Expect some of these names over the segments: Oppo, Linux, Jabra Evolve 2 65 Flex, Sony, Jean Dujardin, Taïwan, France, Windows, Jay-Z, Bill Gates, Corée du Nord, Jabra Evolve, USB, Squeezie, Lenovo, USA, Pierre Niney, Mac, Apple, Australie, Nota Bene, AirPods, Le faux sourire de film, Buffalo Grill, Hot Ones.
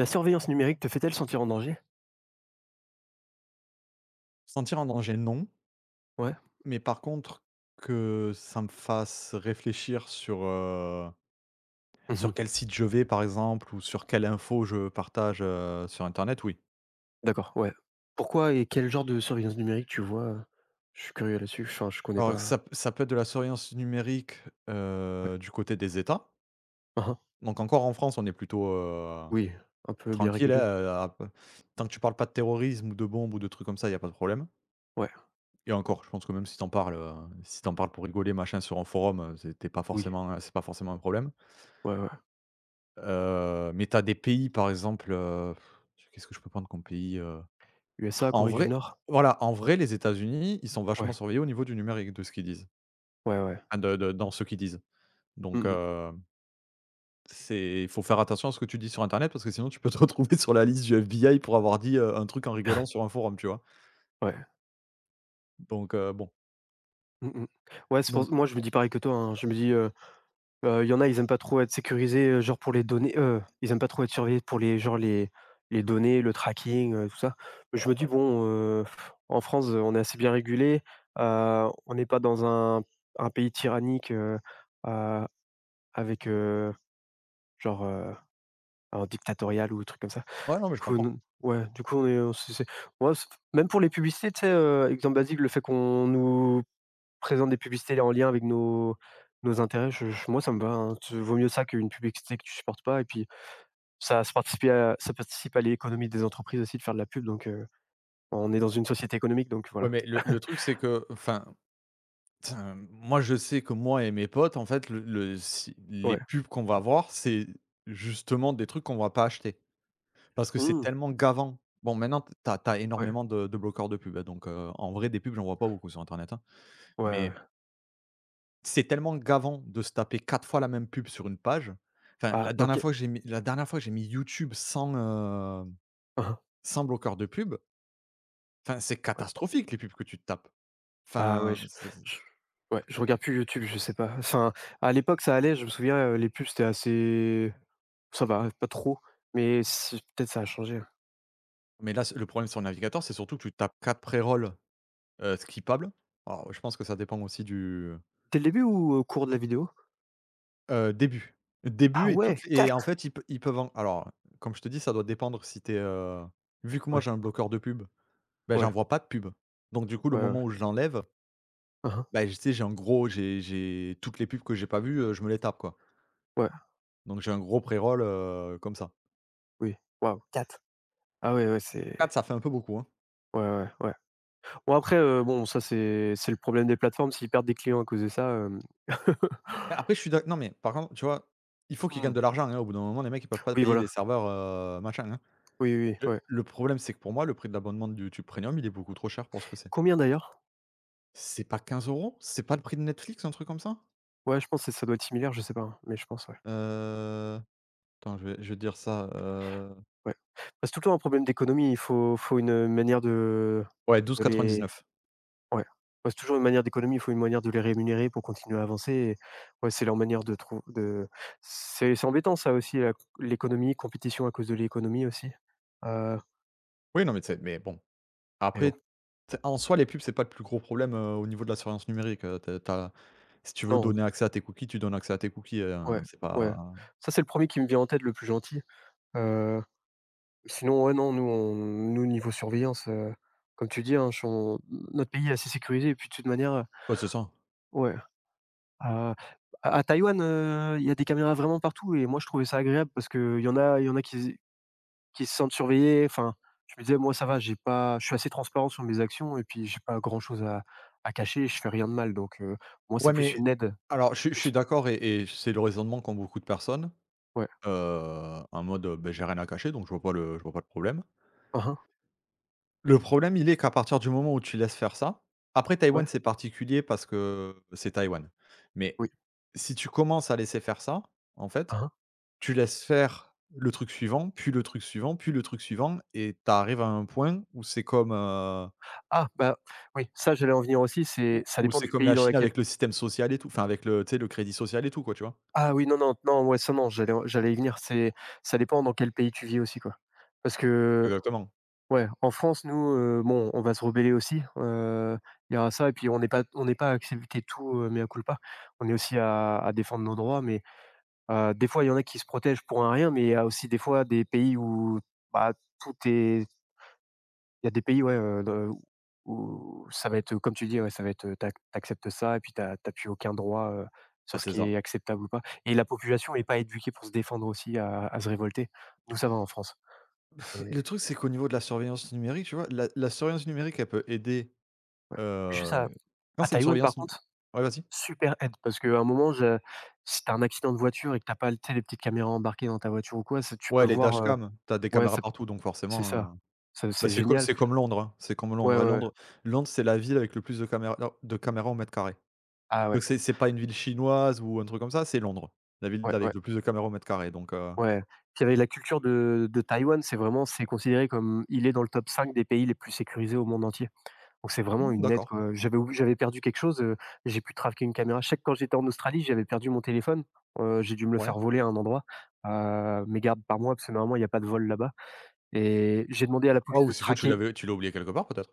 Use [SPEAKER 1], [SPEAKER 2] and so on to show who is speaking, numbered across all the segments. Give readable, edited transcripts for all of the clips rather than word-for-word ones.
[SPEAKER 1] La surveillance numérique te fait-elle sentir en danger?
[SPEAKER 2] Sentir en danger, non,
[SPEAKER 1] Ouais.
[SPEAKER 2] mais par contre que ça me fasse réfléchir sur, sur
[SPEAKER 1] Mmh.
[SPEAKER 2] quel site je vais par exemple ou sur quelle info je partage, sur internet, oui.
[SPEAKER 1] D'accord, ouais. Pourquoi et quel genre de surveillance numérique tu vois? Je suis curieux là-dessus, enfin je connais
[SPEAKER 2] Alors
[SPEAKER 1] pas.
[SPEAKER 2] ça peut être de la surveillance numérique,
[SPEAKER 1] Ouais.
[SPEAKER 2] du côté des États.
[SPEAKER 1] Hein, hein.
[SPEAKER 2] Donc encore en France, on est plutôt,
[SPEAKER 1] Oui, un peu bien
[SPEAKER 2] tranquille,
[SPEAKER 1] régulé.
[SPEAKER 2] hein, tant que tu parles pas de terrorisme ou de bombes ou de trucs comme ça, il y a pas de problème.
[SPEAKER 1] Ouais,
[SPEAKER 2] Et encore, je pense que même si t'en parles, si t'en parles pour rigoler machin sur un forum,
[SPEAKER 1] oui.
[SPEAKER 2] c'est pas forcément un problème.
[SPEAKER 1] Ouais, ouais.
[SPEAKER 2] Mais tu as des pays par exemple, qu'est-ce que je peux prendre comme pays,
[SPEAKER 1] USA,
[SPEAKER 2] En
[SPEAKER 1] Corée du
[SPEAKER 2] vrai
[SPEAKER 1] Nord?
[SPEAKER 2] Voilà, en vrai les États-Unis, ils sont vachement
[SPEAKER 1] Ouais.
[SPEAKER 2] surveillés au niveau du numérique de ce qu'ils disent.
[SPEAKER 1] Ouais, ouais.
[SPEAKER 2] Enfin de dans ce qu'ils disent. Donc
[SPEAKER 1] Mmh mh.
[SPEAKER 2] c'est il faut faire attention à ce que tu dis sur internet parce que sinon tu peux te retrouver sur la liste du FBI pour avoir dit, un truc en rigolant sur un forum, tu vois?
[SPEAKER 1] Ouais.
[SPEAKER 2] Donc bon,
[SPEAKER 1] Mmh mh. Ouais, c'est
[SPEAKER 2] donc
[SPEAKER 1] pour moi je me dis pareil que toi, hein. Je me dis, il y en a, ils aiment pas trop être sécurisés, genre pour les données, ils aiment pas trop être surveillés pour les genre les données, le tracking, tout ça. Je me dis:
[SPEAKER 2] ouais.
[SPEAKER 1] «Bon, en France, on est assez bien régulé, on n'est pas dans un pays tyrannique, heu, avec, genre, un dictatorial ou un truc comme ça».
[SPEAKER 2] Ouais, non mais
[SPEAKER 1] Du
[SPEAKER 2] je
[SPEAKER 1] coup,
[SPEAKER 2] comprends.
[SPEAKER 1] non ouais, du coup, on est on c'est ouais, c même pour les publicités, tu sais, exemple basique, le fait qu'on nous présente des publicités en lien avec nos intérêts, je moi ça me va, hein. Tu vaut mieux ça qu'une publicité que tu supportes pas et puis ça participe à l'économie des entreprises aussi de faire de la pub donc on est dans une société économique donc
[SPEAKER 2] Ouais,
[SPEAKER 1] voilà.
[SPEAKER 2] mais le truc c'est que enfin Tin, moi, je sais que moi et mes potes, en fait, le si les
[SPEAKER 1] Ouais.
[SPEAKER 2] pubs qu'on va voir, c'est justement des trucs qu'on va pas acheter. Parce que c'est
[SPEAKER 1] Mmh.
[SPEAKER 2] tellement gavant. Bon, maintenant, t'as as
[SPEAKER 1] Ouais.
[SPEAKER 2] énormément de bloqueurs de pubs, hein, donc en vrai, des pubs, j'en vois pas beaucoup sur internet, hein.
[SPEAKER 1] Ouais, ouais.
[SPEAKER 2] Mais c'est tellement gavant de se taper 4 fois la même pub sur une page. Enfin,
[SPEAKER 1] Ah donc quel...
[SPEAKER 2] la dernière fois que j'ai mis YouTube sans,
[SPEAKER 1] Mmh.
[SPEAKER 2] sans bloqueur de pub, enfin, c'est
[SPEAKER 1] Ouais.
[SPEAKER 2] catastrophique les pubs que tu te tapes.
[SPEAKER 1] Ah ouais,
[SPEAKER 2] Enfin, c'est
[SPEAKER 1] je ouais, je regarde plus YouTube, je sais pas. Enfin, à l'époque ça allait, je me souviens, les pubs c'était assez ça va, pas trop, mais c'est peut-être ça a changé.
[SPEAKER 2] Mais là, le problème sur le navigateur, c'est surtout que tu tapes 4 pré-rolls. Skippable. Alors, je pense que ça dépend aussi du
[SPEAKER 1] Dès le début ou au cours de la vidéo?
[SPEAKER 2] début.
[SPEAKER 1] Ah
[SPEAKER 2] Début et toutes
[SPEAKER 1] ouais,
[SPEAKER 2] et en
[SPEAKER 1] quatre.
[SPEAKER 2] fait, ils peuvent en alors, comme je te dis, ça doit dépendre si t'es es, vu que moi
[SPEAKER 1] Ouais,
[SPEAKER 2] j'ai un bloqueur de pub, ben
[SPEAKER 1] ouais,
[SPEAKER 2] j'en vois pas de pub. Donc du coup, le
[SPEAKER 1] ouais, ouais.
[SPEAKER 2] moment où je l'enlève,
[SPEAKER 1] Mmh.
[SPEAKER 2] ben je tu sais, j'ai un gros j'ai toutes les pubs que j'ai pas vues, je me les tape, quoi.
[SPEAKER 1] Ouais,
[SPEAKER 2] Donc j'ai un gros pré-roll, comme ça.
[SPEAKER 1] oui, waouh. Quatre. Ah ouais, ouais,
[SPEAKER 2] Quatre
[SPEAKER 1] c'est
[SPEAKER 2] ça fait un peu beaucoup, hein.
[SPEAKER 1] ouais, ouais, ouais. Bon après, bon ça c'est le problème des plateformes, s'ils perdent des clients à cause de ça, hem
[SPEAKER 2] Après, je suis d'ac non, mais par contre, tu vois, il faut qu'ils gagnent
[SPEAKER 1] Mmh.
[SPEAKER 2] de l'argent, hein. Au bout d'un moment, les mecs, ils peuvent pas
[SPEAKER 1] Oui
[SPEAKER 2] payer
[SPEAKER 1] voilà,
[SPEAKER 2] des serveurs, machin, hein.
[SPEAKER 1] oui, oui, oui,
[SPEAKER 2] Le
[SPEAKER 1] ouais.
[SPEAKER 2] le problème, c'est que pour moi, le prix de l'abonnement de YouTube Premium, il est beaucoup trop cher pour ce que c'est.
[SPEAKER 1] Combien d'ailleurs?
[SPEAKER 2] C'est pas 15 €. C'est pas le prix de Netflix, un truc comme ça?
[SPEAKER 1] Ouais, je pense que ça doit être similaire, je sais pas, hein, mais je pense, ouais,
[SPEAKER 2] Heu, Attends, je vais te dire ça,
[SPEAKER 1] ouais. Bah, c'est tout le temps un problème d'économie, il faut une, manière de
[SPEAKER 2] ouais,
[SPEAKER 1] de les
[SPEAKER 2] 12,99 €.
[SPEAKER 1] ouais. Ouais, c'est toujours une manière d'économie, il faut une manière de les rémunérer pour continuer à avancer et ouais, c'est leur manière de trouver, de c'est embêtant ça aussi, la l'économie, compétition à cause de l'économie aussi, heu,
[SPEAKER 2] Oui, non, mais tu mais bon,
[SPEAKER 1] mais bon.
[SPEAKER 2] après, tu en soi, les pubs, c'est pas le plus gros problème, au niveau de la surveillance numérique, tu as si tu veux
[SPEAKER 1] Non,
[SPEAKER 2] donner accès à tes cookies, tu donnes accès à tes cookies,
[SPEAKER 1] ouais,
[SPEAKER 2] c'est
[SPEAKER 1] ouais.
[SPEAKER 2] pas
[SPEAKER 1] Ça, c'est le premier qui me vient en tête, le plus gentil. Heu, Sinon, ouais, non, nous, on nous, niveau surveillance, comme tu dis, hein, je on notre pays est assez sécurisé et puis de toute manière,
[SPEAKER 2] ouais, c'est ça.
[SPEAKER 1] ouais, euh, à Taïwan, il y a des caméras vraiment partout et moi, je trouvais ça agréable parce qu'il y en a qui se sentent surveillés. Enfin, je me disais: «Moi, ça va, j'ai pas je suis assez transparent sur mes actions et puis j'ai pas grand-chose à cacher, je fais rien de mal», donc moi,
[SPEAKER 2] Ouais,
[SPEAKER 1] c'est plus
[SPEAKER 2] mais
[SPEAKER 1] une aide.
[SPEAKER 2] alors je suis
[SPEAKER 1] C'est
[SPEAKER 2] je suis
[SPEAKER 1] plus
[SPEAKER 2] d'accord et c'est le raisonnement qu'ont beaucoup de personnes,
[SPEAKER 1] ouais.
[SPEAKER 2] en mode, beh, j'ai rien à cacher, donc je vois pas le problème.
[SPEAKER 1] Hein hein,
[SPEAKER 2] Le problème, il est qu'à partir du moment où tu laisses faire ça. Après Taïwan,
[SPEAKER 1] ouais,
[SPEAKER 2] c'est particulier parce que c'est Taïwan. Mais
[SPEAKER 1] oui.
[SPEAKER 2] si tu commences à laisser faire ça, en
[SPEAKER 1] Hein
[SPEAKER 2] fait,
[SPEAKER 1] hein.
[SPEAKER 2] tu laisses faire le truc suivant, puis le truc suivant, puis le truc suivant et tu arrives à un point où c'est comme,
[SPEAKER 1] Ah bah, oui, ça j'allais en venir aussi, c'est
[SPEAKER 2] où
[SPEAKER 1] ça
[SPEAKER 2] où
[SPEAKER 1] dépend
[SPEAKER 2] c'est
[SPEAKER 1] du
[SPEAKER 2] comme la
[SPEAKER 1] pays dans
[SPEAKER 2] Chine
[SPEAKER 1] lequel
[SPEAKER 2] avec le système social et tout, enfin avec le tu sais, le crédit social et tout quoi, tu vois?
[SPEAKER 1] ah oui, non, non, non, ouais, ça non, j'allais y venir, c'est ça dépend dans quel pays tu vis aussi, quoi. Parce que,
[SPEAKER 2] Exactement.
[SPEAKER 1] ouais, en France, nous, bon, on va se rebeller aussi, il y aura ça et puis on n'est pas à accepter tout, mea culpa. On est aussi à défendre nos droits, mais des fois, il y en a qui se protègent pour un rien, mais il y a aussi des fois des pays où, bah, tout est... Il y a des pays, ouais, de où ça va être, comme tu dis, ouais, ça va être, tu ac ça et puis t'as plus aucun droit,
[SPEAKER 2] Bah,
[SPEAKER 1] sur ce
[SPEAKER 2] c'est
[SPEAKER 1] qui
[SPEAKER 2] ça.
[SPEAKER 1] est acceptable ou pas et la population est pas éduquée pour se défendre aussi à se révolter. Nous, ça va en France
[SPEAKER 2] Le
[SPEAKER 1] et
[SPEAKER 2] truc, c'est qu'au niveau de la surveillance numérique, tu vois, la surveillance numérique, elle peut aider,
[SPEAKER 1] juste
[SPEAKER 2] heu,
[SPEAKER 1] à
[SPEAKER 2] quand
[SPEAKER 1] à
[SPEAKER 2] c'est une
[SPEAKER 1] Taïwan, par
[SPEAKER 2] surveillance nu
[SPEAKER 1] contre,
[SPEAKER 2] ouais, vas-y.
[SPEAKER 1] super aide parce qu'à un moment, je si t'as un accident de voiture et que t'as pas, tu sais, les petites caméras embarquées dans ta voiture ou quoi, ça tu peux
[SPEAKER 2] Ouais, les
[SPEAKER 1] voir
[SPEAKER 2] dashcams, tu as des
[SPEAKER 1] ouais,
[SPEAKER 2] caméras
[SPEAKER 1] ça
[SPEAKER 2] partout donc
[SPEAKER 1] c'est ça.
[SPEAKER 2] forcément, heu,
[SPEAKER 1] Ça,
[SPEAKER 2] bah,
[SPEAKER 1] c'est génial.
[SPEAKER 2] c'est comme Londres, hein, c'est comme
[SPEAKER 1] Ouais,
[SPEAKER 2] Londres, hein.
[SPEAKER 1] ouais, ouais.
[SPEAKER 2] Londres, c'est la ville avec le plus de caméras au mètre carré.
[SPEAKER 1] Ah ouais.
[SPEAKER 2] Donc c'est pas une ville chinoise ou un truc comme ça, c'est Londres, la ville
[SPEAKER 1] Ouais, ouais.
[SPEAKER 2] avec le plus de caméras au mètre carré donc
[SPEAKER 1] Ouais, puis avec la culture de Taïwan, c'est vraiment c'est considéré comme il est dans le top 5 des pays les plus sécurisés au monde entier. Donc c'est vraiment
[SPEAKER 2] mmh,
[SPEAKER 1] une aide
[SPEAKER 2] d'accord,
[SPEAKER 1] quoi. J'avais perdu quelque chose, j'ai pu traquer une caméra. Je sais que quand j'étais en Australie, j'avais perdu mon téléphone, j'ai dû me le
[SPEAKER 2] ouais.
[SPEAKER 1] faire voler à un endroit, mais garde par moi parce que normalement il y a pas de vol là-bas et j'ai demandé à la
[SPEAKER 2] Ah
[SPEAKER 1] police
[SPEAKER 2] ou
[SPEAKER 1] de
[SPEAKER 2] s'il faut
[SPEAKER 1] traquer,
[SPEAKER 2] tu l'as oublié quelque part peut-être?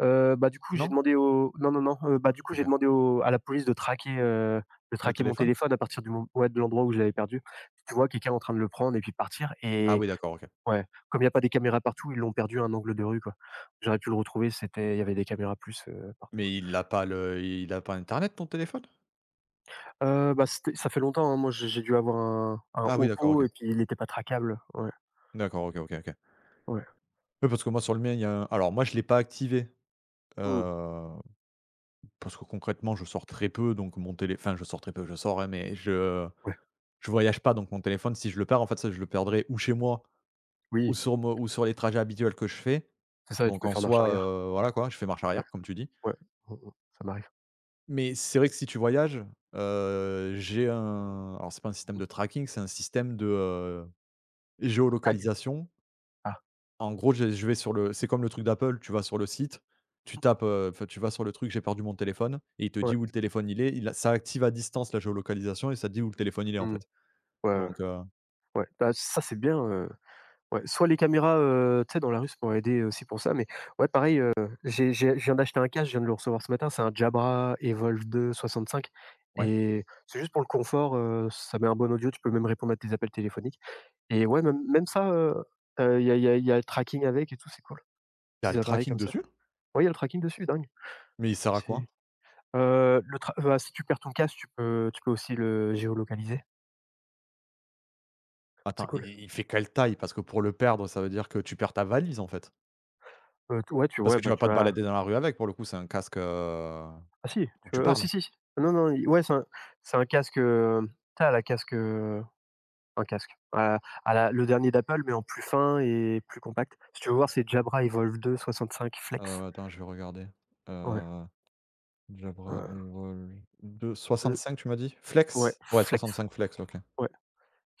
[SPEAKER 1] bah, du coup j'ai
[SPEAKER 2] Non?
[SPEAKER 1] demandé au non, non, non, bah, du coup j'ai
[SPEAKER 2] OK.
[SPEAKER 1] demandé au à la police de
[SPEAKER 2] Le
[SPEAKER 1] traquer mon
[SPEAKER 2] téléphone?
[SPEAKER 1] téléphone à partir du mom ouais, de l'endroit où je l'avais perdu. Tu vois quelqu'un en train de le prendre et puis partir
[SPEAKER 2] Ah
[SPEAKER 1] et...
[SPEAKER 2] oui d'accord, OK.
[SPEAKER 1] Ouais, comme il y a pas des caméras partout, ils l'ont perdu à un angle de rue, quoi. J'aurais pu le retrouver, c'était il y avait des caméras plus, partout.
[SPEAKER 2] Mais il a pas internet ton téléphone?
[SPEAKER 1] Bah, c'était ça fait longtemps, hein, moi j'ai dû avoir un
[SPEAKER 2] Ah oui d'accord, OK.
[SPEAKER 1] Oppo et puis il était pas traquable. Ouais,
[SPEAKER 2] D'accord, OK, OK, OK.
[SPEAKER 1] ouais.
[SPEAKER 2] Oui parce que moi sur le mien, il y a un alors moi je l'ai pas activé. heu
[SPEAKER 1] Mmh,
[SPEAKER 2] Parce que concrètement, je sors très peu, donc mon télé enfin je sors très peu, je sors, hein, mais je
[SPEAKER 1] ouais,
[SPEAKER 2] je voyage pas, donc mon téléphone, si je le perds, en fait, ça, je le perdrai ou chez moi
[SPEAKER 1] oui,
[SPEAKER 2] ou sur les trajets habituels que je fais.
[SPEAKER 1] c'est ça et tu
[SPEAKER 2] Donc
[SPEAKER 1] peux
[SPEAKER 2] en
[SPEAKER 1] faire marche
[SPEAKER 2] soi,
[SPEAKER 1] arrière.
[SPEAKER 2] voilà quoi, je fais marche
[SPEAKER 1] Ouais,
[SPEAKER 2] arrière comme tu dis.
[SPEAKER 1] ouais, mmh mh, ça m'arrive.
[SPEAKER 2] Mais c'est vrai que si tu voyages, j'ai un alors c'est pas un système de tracking, c'est un système de,
[SPEAKER 1] Tag?
[SPEAKER 2] géolocalisation.
[SPEAKER 1] Ah,
[SPEAKER 2] En gros, je vais sur le c'est comme le truc d'Apple, tu vas sur le site, tu tapes, enfin, tu vas sur le truc: «J'ai perdu mon téléphone» et il te
[SPEAKER 1] ouais,
[SPEAKER 2] dit où le téléphone il est. Il a ça active à distance la géolocalisation et ça te dit où le téléphone il est, en
[SPEAKER 1] mmh,
[SPEAKER 2] fait.
[SPEAKER 1] ouais, ouais,
[SPEAKER 2] Donc
[SPEAKER 1] ouais. Bah, ça c'est bien Ouais, soit les caméras, tu sais, dans la rue, ça pourrait aider aussi pour ça, mais ouais, pareil, j'ai je viens d'acheter un casque, je viens de le recevoir ce matin, c'est un Jabra Evolve 2 65
[SPEAKER 2] ouais.
[SPEAKER 1] et c'est juste pour le confort, ça met un bon audio, tu peux même répondre à tes appels téléphoniques et ouais, même même ça, il y a il y a il y a le tracking avec et tout, c'est cool,
[SPEAKER 2] Tu as le
[SPEAKER 1] petits appareils
[SPEAKER 2] tracking
[SPEAKER 1] comme ça.
[SPEAKER 2] dessus?
[SPEAKER 1] Ouais, il y a le tracking dessus, dingue.
[SPEAKER 2] Mais il sert à quoi?
[SPEAKER 1] C'est, le tra bah, si tu perds ton casque, tu peux aussi le géolocaliser, c'est
[SPEAKER 2] Attends,
[SPEAKER 1] cool.
[SPEAKER 2] i il fait quelle taille? Parce que pour le perdre, ça veut dire que tu perds ta valise, en fait.
[SPEAKER 1] T ouais, tu
[SPEAKER 2] Parce
[SPEAKER 1] ouais,
[SPEAKER 2] que tu
[SPEAKER 1] bah,
[SPEAKER 2] vas pas
[SPEAKER 1] tu
[SPEAKER 2] te
[SPEAKER 1] as...
[SPEAKER 2] balader dans la rue avec, pour le coup, c'est un casque,
[SPEAKER 1] Ah si,
[SPEAKER 2] où
[SPEAKER 1] tu
[SPEAKER 2] tu
[SPEAKER 1] veux
[SPEAKER 2] parles.
[SPEAKER 1] si, si. Non, non, i ouais, c'est un casque, tu la casque, un casque, à la le dernier d'Apple, mais en plus fin et plus compact. Si tu veux voir, c'est Jabra Evolve 2 65 Flex.
[SPEAKER 2] Attends, je vais regarder.
[SPEAKER 1] Ouais,
[SPEAKER 2] Heu, Jabra
[SPEAKER 1] heu,
[SPEAKER 2] Evolve deux
[SPEAKER 1] 2,
[SPEAKER 2] soixante-cinq. Tu m'as dit?
[SPEAKER 1] ouais,
[SPEAKER 2] Flex? Ouais,
[SPEAKER 1] Flex,
[SPEAKER 2] 65 Flex, OK.
[SPEAKER 1] ouais,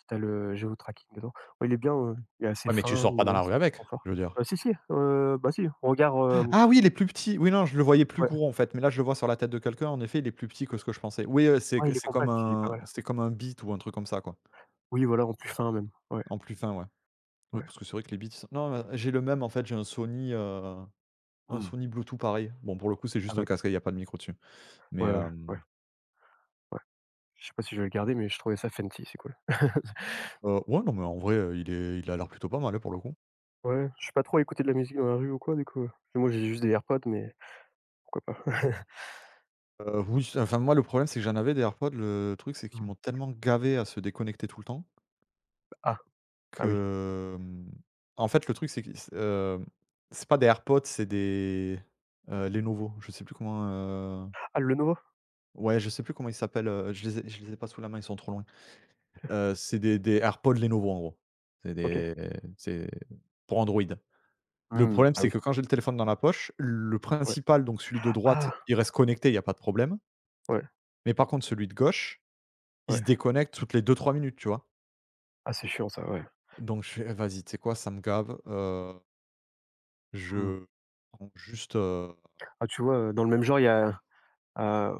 [SPEAKER 1] t'as le géotracking dedans. Ouais, il est bien, il est assez
[SPEAKER 2] Ouais, mais tu
[SPEAKER 1] fin,
[SPEAKER 2] sors pas dans la rue
[SPEAKER 1] minimaliste,
[SPEAKER 2] avec,
[SPEAKER 1] confort.
[SPEAKER 2] je veux dire.
[SPEAKER 1] Si, si, bah, si, regarde, hem,
[SPEAKER 2] Ah oui, il est plus petit. Oui, non, je le voyais plus
[SPEAKER 1] ouais,
[SPEAKER 2] gros en fait, mais là, je le vois sur la tête de quelqu'un. En effet, il est plus petit que ce que je pensais. Oui,
[SPEAKER 1] ouais, il est compact, il est pas mal.
[SPEAKER 2] c'est comme un Beat ou un truc comme ça, quoi.
[SPEAKER 1] Oui, voilà, en plus fin même. Ouais,
[SPEAKER 2] En plus fin, ouais. Oui,
[SPEAKER 1] ouais.
[SPEAKER 2] parce que c'est vrai que les Beats non, j'ai le même en fait, un
[SPEAKER 1] Mmh.
[SPEAKER 2] Sony Bluetooth pareil. Bon, pour le coup, c'est
[SPEAKER 1] Ah
[SPEAKER 2] juste un
[SPEAKER 1] oui,
[SPEAKER 2] casque, hein, il y a pas de micro dessus. Mais,
[SPEAKER 1] ouais, ouais, ouais, ouais. Je sais pas si je vais le garder, mais je trouvais ça fancy, c'est cool.
[SPEAKER 2] ouais, non, mais en vrai, il a l'air plutôt pas mal, hein, pour le coup.
[SPEAKER 1] Ouais, je suis pas trop à écouter de la musique dans la rue ou quoi, du coup, moi, j'ai juste des AirPods, mais pourquoi pas?
[SPEAKER 2] Oui, enfin, moi, le problème, c'est que j'en avais des AirPods. Le truc, c'est qu'ils m'ont
[SPEAKER 1] Mmh.
[SPEAKER 2] tellement gavé à se déconnecter tout le temps
[SPEAKER 1] Ah, ah oui.
[SPEAKER 2] que, en fait, le truc, c'est que c'est pas des AirPods, c'est des, Lenovo.
[SPEAKER 1] Ah, le Lenovo?
[SPEAKER 2] Je sais plus comment ils s'appellent, je les ai pas sous la main, ils sont trop loin. C'est des AirPods Lenovo, en gros. C'est
[SPEAKER 1] OK.
[SPEAKER 2] des c'est pour Android. Le
[SPEAKER 1] Mmh,
[SPEAKER 2] problème,
[SPEAKER 1] ah
[SPEAKER 2] c'est
[SPEAKER 1] oui,
[SPEAKER 2] que quand j'ai le téléphone dans la poche, le
[SPEAKER 1] ouais.
[SPEAKER 2] principal, donc celui de droite,
[SPEAKER 1] Ah!
[SPEAKER 2] il reste connecté, il y a pas de problème.
[SPEAKER 1] Ouais,
[SPEAKER 2] Mais par contre, celui de gauche, il se
[SPEAKER 1] ouais.
[SPEAKER 2] déconnecte toutes les deux trois minutes, tu vois?
[SPEAKER 1] Ah, c'est chiant ça, ouais.
[SPEAKER 2] Donc je fais: «Vas-y, tu sais quoi? Ça me gave,
[SPEAKER 1] Mmh.
[SPEAKER 2] je prends juste,
[SPEAKER 1] Ah, tu vois, dans le même genre, il y a, heu,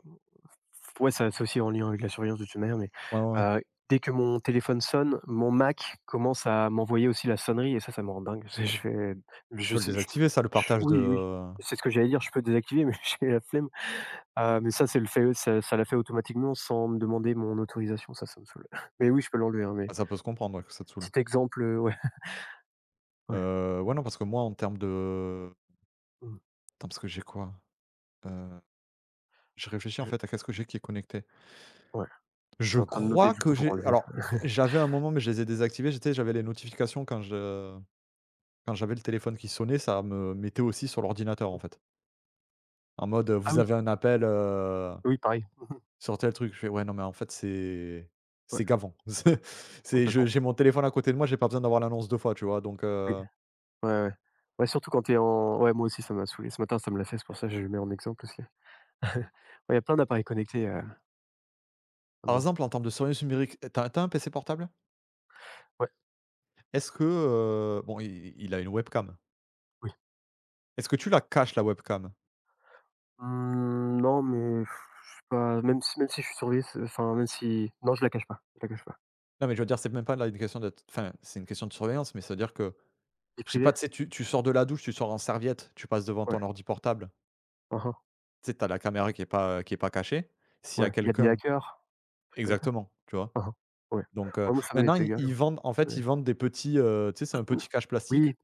[SPEAKER 1] ouais, ça c'est aussi en lien avec la surveillance de toute manière, mais
[SPEAKER 2] ouais, ouais, ouais.
[SPEAKER 1] heu, dès que mon téléphone sonne, mon Mac commence à m'envoyer aussi la sonnerie et ça me rend dingue. Je fais
[SPEAKER 2] Tu
[SPEAKER 1] je
[SPEAKER 2] peux le
[SPEAKER 1] sais
[SPEAKER 2] désactiver ça, le partage
[SPEAKER 1] oui, oui,
[SPEAKER 2] de
[SPEAKER 1] c'est ce que j'allais dire, je peux désactiver, mais j'ai la flemme. Mais ça, c'est le fait ça l'a fait automatiquement sans me demander mon autorisation, ça me saoule. Mais oui, je peux l'enlever, hein, mais
[SPEAKER 2] ah ça peut se comprendre, ouais, que ça te saoule.
[SPEAKER 1] petit exemple, ouais, ouais,
[SPEAKER 2] Ouais, non, parce que moi, en termes de
[SPEAKER 1] mmh,
[SPEAKER 2] attends, parce que j'ai quoi? Heu, je réfléchis, en
[SPEAKER 1] je
[SPEAKER 2] fait, à qu'est-ce que j'ai qui est connecté?
[SPEAKER 1] ouais, je
[SPEAKER 2] Je
[SPEAKER 1] suis en train de noter
[SPEAKER 2] crois
[SPEAKER 1] du
[SPEAKER 2] que
[SPEAKER 1] coup pour
[SPEAKER 2] j'ai
[SPEAKER 1] enlever.
[SPEAKER 2] Alors,
[SPEAKER 1] Ouais.
[SPEAKER 2] j'avais un moment, mais je les ai désactivés, j'avais les notifications quand j'avais le téléphone qui sonnait, ça me mettait aussi sur l'ordinateur, en fait. En mode,
[SPEAKER 1] Ah
[SPEAKER 2] vous
[SPEAKER 1] oui,
[SPEAKER 2] avez un appel,
[SPEAKER 1] oui, pareil,
[SPEAKER 2] sortez le truc. Je fais: «Ouais, non, mais en fait, c'est
[SPEAKER 1] ouais,
[SPEAKER 2] c'est gavant». C'est je
[SPEAKER 1] complètement,
[SPEAKER 2] J'ai mon téléphone à côté de moi, j'ai pas besoin d'avoir l'annonce 2 fois, tu vois? Donc,
[SPEAKER 1] oui, ouais, ouais. Ouais, surtout quand t'es en ouais, moi aussi ça m'a saoulé. Ce matin, ça me l'a fait, c'est pour ça que je le mets en exemple aussi. Ouais, il y a plein d'appareils connectés,
[SPEAKER 2] par
[SPEAKER 1] maintenant.
[SPEAKER 2] exemple, en termes de surveillance numérique, t'as t'as tu as un PC portable?
[SPEAKER 1] Ouais,
[SPEAKER 2] Est-ce que, bon, i il a une webcam.
[SPEAKER 1] oui.
[SPEAKER 2] Est-ce que tu la caches, la webcam?
[SPEAKER 1] Mmh, non, mais pff, je sais pas, même si je suis surveillé, c'est enfin, même si non, je la cache pas, je la cache pas.
[SPEAKER 2] Non, mais je veux dire, c'est même pas là une question d'être enfin, c'est une question de surveillance, mais c'est à dire que,
[SPEAKER 1] Vie
[SPEAKER 2] je sais pas,
[SPEAKER 1] privée?
[SPEAKER 2] tu sais, tu sors de la douche, tu sors en serviette, tu passes devant
[SPEAKER 1] Ouais,
[SPEAKER 2] ton ordi portable.
[SPEAKER 1] hein, hein,
[SPEAKER 2] Tu sais, t'as la caméra qui est pas cachée. S'il y a
[SPEAKER 1] ouais, il y a des
[SPEAKER 2] quelqu'un
[SPEAKER 1] hackers, trucs comme ça.
[SPEAKER 2] exactement, tu vois?
[SPEAKER 1] Hein hein. Ouais.
[SPEAKER 2] Donc
[SPEAKER 1] Ouais, moi ça
[SPEAKER 2] maintenant
[SPEAKER 1] m'est
[SPEAKER 2] ils
[SPEAKER 1] égal,
[SPEAKER 2] ils vendent en fait,
[SPEAKER 1] ouais.
[SPEAKER 2] ils vendent des petits, tu sais, c'est un petit cache plastique
[SPEAKER 1] Oui,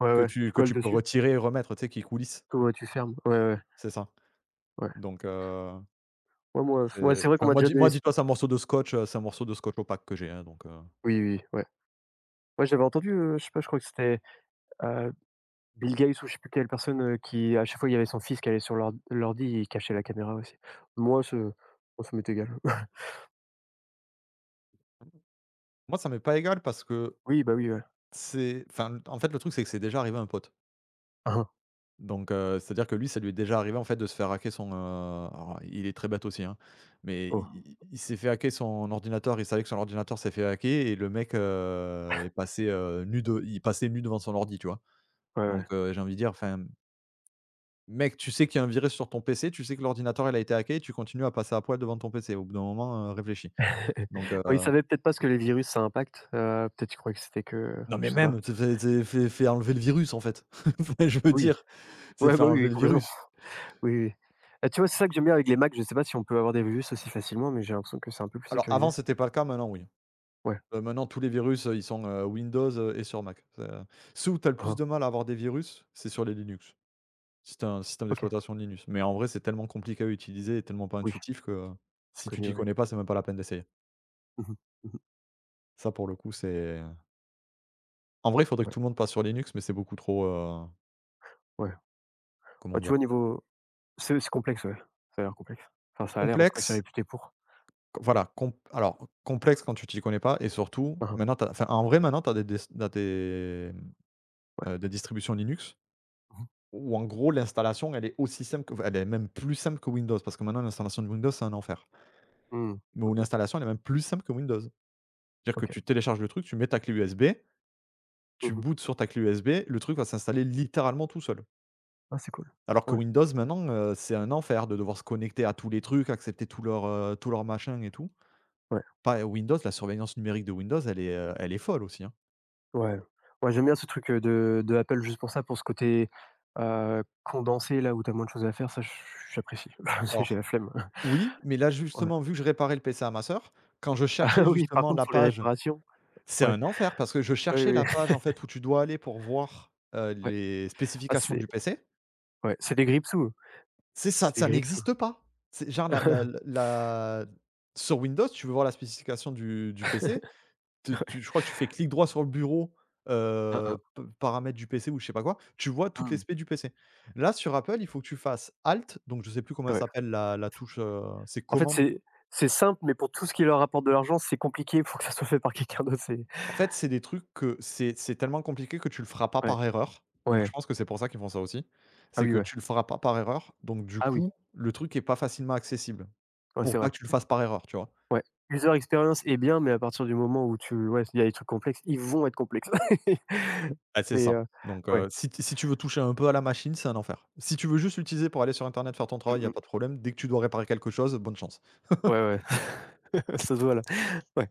[SPEAKER 1] ouais,
[SPEAKER 2] que
[SPEAKER 1] ouais,
[SPEAKER 2] tu
[SPEAKER 1] tu
[SPEAKER 2] que
[SPEAKER 1] colles
[SPEAKER 2] tu peux
[SPEAKER 1] dessus?
[SPEAKER 2] retirer et remettre, tu sais, qui coulisse.
[SPEAKER 1] Ouais, tu fermes. Ouais, ouais,
[SPEAKER 2] C'est ça.
[SPEAKER 1] ouais.
[SPEAKER 2] Donc
[SPEAKER 1] Ouais, moi f ouais,
[SPEAKER 2] c'est
[SPEAKER 1] c'est vrai qu'on
[SPEAKER 2] enfin
[SPEAKER 1] m'a déjà donné
[SPEAKER 2] moi
[SPEAKER 1] c
[SPEAKER 2] dis-toi c'est un morceau de scotch, c'est un morceau de scotch opaque que j'ai, hein, donc heu.
[SPEAKER 1] oui, oui, ouais. Moi j'avais entendu, je sais pas, je crois que c'était, heu, Bill Gates ou je sais plus quelle personne, qui à chaque fois il y avait son fils qui allait sur l'ordi, il cachait la caméra aussi. Moi ça m'est égal.
[SPEAKER 2] Moi ça m'est pas égal parce que
[SPEAKER 1] Oui, bah, oui, ouais.
[SPEAKER 2] c'est enfin, en fait le truc c'est que c'est déjà arrivé à un pote.
[SPEAKER 1] Hein hein.
[SPEAKER 2] Donc c'est-à-dire que lui, ça lui est déjà arrivé en fait de se faire hacker son, alors il est très bête aussi, hein, mais
[SPEAKER 1] Oh,
[SPEAKER 2] il s'est fait hacker son ordinateur, il savait que son ordinateur s'est fait hacker et le mec, est passé, nu de il passait nu devant son ordi, tu vois?
[SPEAKER 1] ouais, ouais.
[SPEAKER 2] Donc j'ai envie de dire, enfin, mec, tu sais qu'il y a un virus sur ton PC, tu sais que l'ordinateur, il a été hacké et tu continues à passer à poil devant ton PC. Au bout d'un moment, réfléchis. Donc
[SPEAKER 1] Ouais, il savait peut-être pas ce que les virus ça impacte, peut-être il croyait que c'était que
[SPEAKER 2] non mais
[SPEAKER 1] je sais pas.
[SPEAKER 2] même, c'est fait tu fais fais enlever le virus en fait. Je veux
[SPEAKER 1] Oui.
[SPEAKER 2] dire, c'est
[SPEAKER 1] Ouais,
[SPEAKER 2] fait
[SPEAKER 1] bah, oui, oui,
[SPEAKER 2] enlever le
[SPEAKER 1] complètement.
[SPEAKER 2] virus.
[SPEAKER 1] Oui, oui. Bah, tu vois, c'est ça que j'aime bien avec les Mac, je sais pas si on peut avoir des virus aussi facilement, mais j'ai l'impression que c'est un peu plus
[SPEAKER 2] Alors
[SPEAKER 1] sécurisé.
[SPEAKER 2] avant, c'était pas le cas, maintenant oui.
[SPEAKER 1] Ouais.
[SPEAKER 2] Maintenant tous les virus, ils sont, Windows, et sur Mac. C'est, ceux où tu as le
[SPEAKER 1] Hein
[SPEAKER 2] plus
[SPEAKER 1] hein.
[SPEAKER 2] de mal à avoir des virus, c'est sur les Linux. Si tu un système
[SPEAKER 1] OK.
[SPEAKER 2] d'exploitation de Linux. Mais en vrai, c'est tellement compliqué à utiliser et tellement pas
[SPEAKER 1] Oui,
[SPEAKER 2] intuitif que,
[SPEAKER 1] c'est
[SPEAKER 2] si tu
[SPEAKER 1] connu,
[SPEAKER 2] t'y
[SPEAKER 1] ouais.
[SPEAKER 2] connais pas, c'est même pas la peine d'essayer.
[SPEAKER 1] Mmh mh. Mmh.
[SPEAKER 2] Ça pour le coup, c'est en vrai, il faudrait que
[SPEAKER 1] Ouais,
[SPEAKER 2] tout le monde passe sur Linux, mais c'est beaucoup trop,
[SPEAKER 1] ouais.
[SPEAKER 2] comment
[SPEAKER 1] Bah, tu
[SPEAKER 2] dire?
[SPEAKER 1] vois, au niveau c'est complexe, ouais. Ça a l'air complexe. Enfin, ça a l'air, en tout cas, c'est
[SPEAKER 2] Complexe,
[SPEAKER 1] réputé pour.
[SPEAKER 2] q voilà, com alors complexe quand tu t'y connais pas et surtout,
[SPEAKER 1] Hein hein.
[SPEAKER 2] maintenant tu enfin en vrai, maintenant tu as des tu des,
[SPEAKER 1] Ouais.
[SPEAKER 2] des distributions Linux.
[SPEAKER 1] Mmh mh.
[SPEAKER 2] Ou en gros, l'installation, elle est aussi simple que elle est même plus simple que Windows, parce que maintenant l'installation de Windows, c'est un enfer.
[SPEAKER 1] Mmh.
[SPEAKER 2] Mais où l'installation, elle est même plus simple que Windows. C'est-à-dire que
[SPEAKER 1] OK.
[SPEAKER 2] tu télécharges le truc, tu mets ta clé USB, tu
[SPEAKER 1] Mmh.
[SPEAKER 2] bootes sur ta clé USB, le truc va s'installer littéralement tout seul.
[SPEAKER 1] Ah, c'est cool.
[SPEAKER 2] Alors que
[SPEAKER 1] Ouais,
[SPEAKER 2] Windows, maintenant, c'est un enfer de devoir se connecter à tous les trucs, accepter tous leurs machins et tout.
[SPEAKER 1] ouais,
[SPEAKER 2] Pas Windows, la surveillance numérique de Windows, elle est folle aussi, hein.
[SPEAKER 1] ouais. Ouais, j'aime bien ce truc, de Apple juste pour ça, pour ce côté, condensé là où t'as moins de choses à faire, ça j'apprécie. J'ai
[SPEAKER 2] Alors
[SPEAKER 1] la flemme.
[SPEAKER 2] oui, mais là,
[SPEAKER 1] Ouais.
[SPEAKER 2] justement, vu que je réparais le PC à ma sœur, quand je
[SPEAKER 1] Ah
[SPEAKER 2] cherchais
[SPEAKER 1] oui, par
[SPEAKER 2] justement
[SPEAKER 1] contre
[SPEAKER 2] la
[SPEAKER 1] pour les
[SPEAKER 2] page.
[SPEAKER 1] réparations
[SPEAKER 2] C'est
[SPEAKER 1] ouais.
[SPEAKER 2] un enfer parce que je
[SPEAKER 1] Oui,
[SPEAKER 2] cherchais
[SPEAKER 1] oui.
[SPEAKER 2] la page
[SPEAKER 1] Oui.
[SPEAKER 2] en fait où tu dois aller pour voir, les
[SPEAKER 1] Ah
[SPEAKER 2] spécifications
[SPEAKER 1] c'est
[SPEAKER 2] du PC.
[SPEAKER 1] ouais, c'est des grippe-sous,
[SPEAKER 2] C'est ça,
[SPEAKER 1] c'est des
[SPEAKER 2] ça
[SPEAKER 1] grippe-sous.
[SPEAKER 2] n'existe pas. C'est genre la la la la sur Windows, tu veux voir la spécification du PC, tu tu je crois que tu fais clic droit sur le bureau,
[SPEAKER 1] Hein, hein.
[SPEAKER 2] p paramètres du PC ou je sais pas quoi, tu vois toutes les
[SPEAKER 1] Mmh.
[SPEAKER 2] specs du PC. Là, sur Apple, il faut que tu fasses alt, donc je sais plus comment elle
[SPEAKER 1] Ouais.
[SPEAKER 2] s'appelle la touche, c'est
[SPEAKER 1] En fait,
[SPEAKER 2] commande.
[SPEAKER 1] c'est simple, mais pour tout ce qui leur rapporte de l'argent, c'est compliqué pour que ça soit fait par quelqu'un d'autre, c'est
[SPEAKER 2] En fait, c'est des trucs que c'est tellement compliqué que tu le feras pas
[SPEAKER 1] ouais,
[SPEAKER 2] par erreur. Donc
[SPEAKER 1] ouais.
[SPEAKER 2] je pense que c'est pour ça qu'ils font ça aussi.
[SPEAKER 1] Ah
[SPEAKER 2] C'est
[SPEAKER 1] oui,
[SPEAKER 2] que
[SPEAKER 1] ouais.
[SPEAKER 2] tu le feras pas par erreur, donc du
[SPEAKER 1] Ah oui,
[SPEAKER 2] coup, le truc est pas facilement accessible,
[SPEAKER 1] ouais,
[SPEAKER 2] pour
[SPEAKER 1] c'est
[SPEAKER 2] pas
[SPEAKER 1] vrai.
[SPEAKER 2] que tu le fasses par erreur, tu vois?
[SPEAKER 1] Ouais. User experience est bien, mais à partir du moment où tu ouais, il y a des trucs complexes, ils vont être complexes.
[SPEAKER 2] Ah, c'est
[SPEAKER 1] Mais
[SPEAKER 2] ça. Donc
[SPEAKER 1] ouais.
[SPEAKER 2] si tu veux toucher un peu à la machine, c'est un enfer. Si tu veux juste l'utiliser pour aller sur internet faire ton travail,
[SPEAKER 1] Mmh
[SPEAKER 2] il y a
[SPEAKER 1] mh.
[SPEAKER 2] pas de problème. Dès que tu dois réparer quelque chose, bonne chance.
[SPEAKER 1] Ouais, ouais. Ça se voit là. Ouais.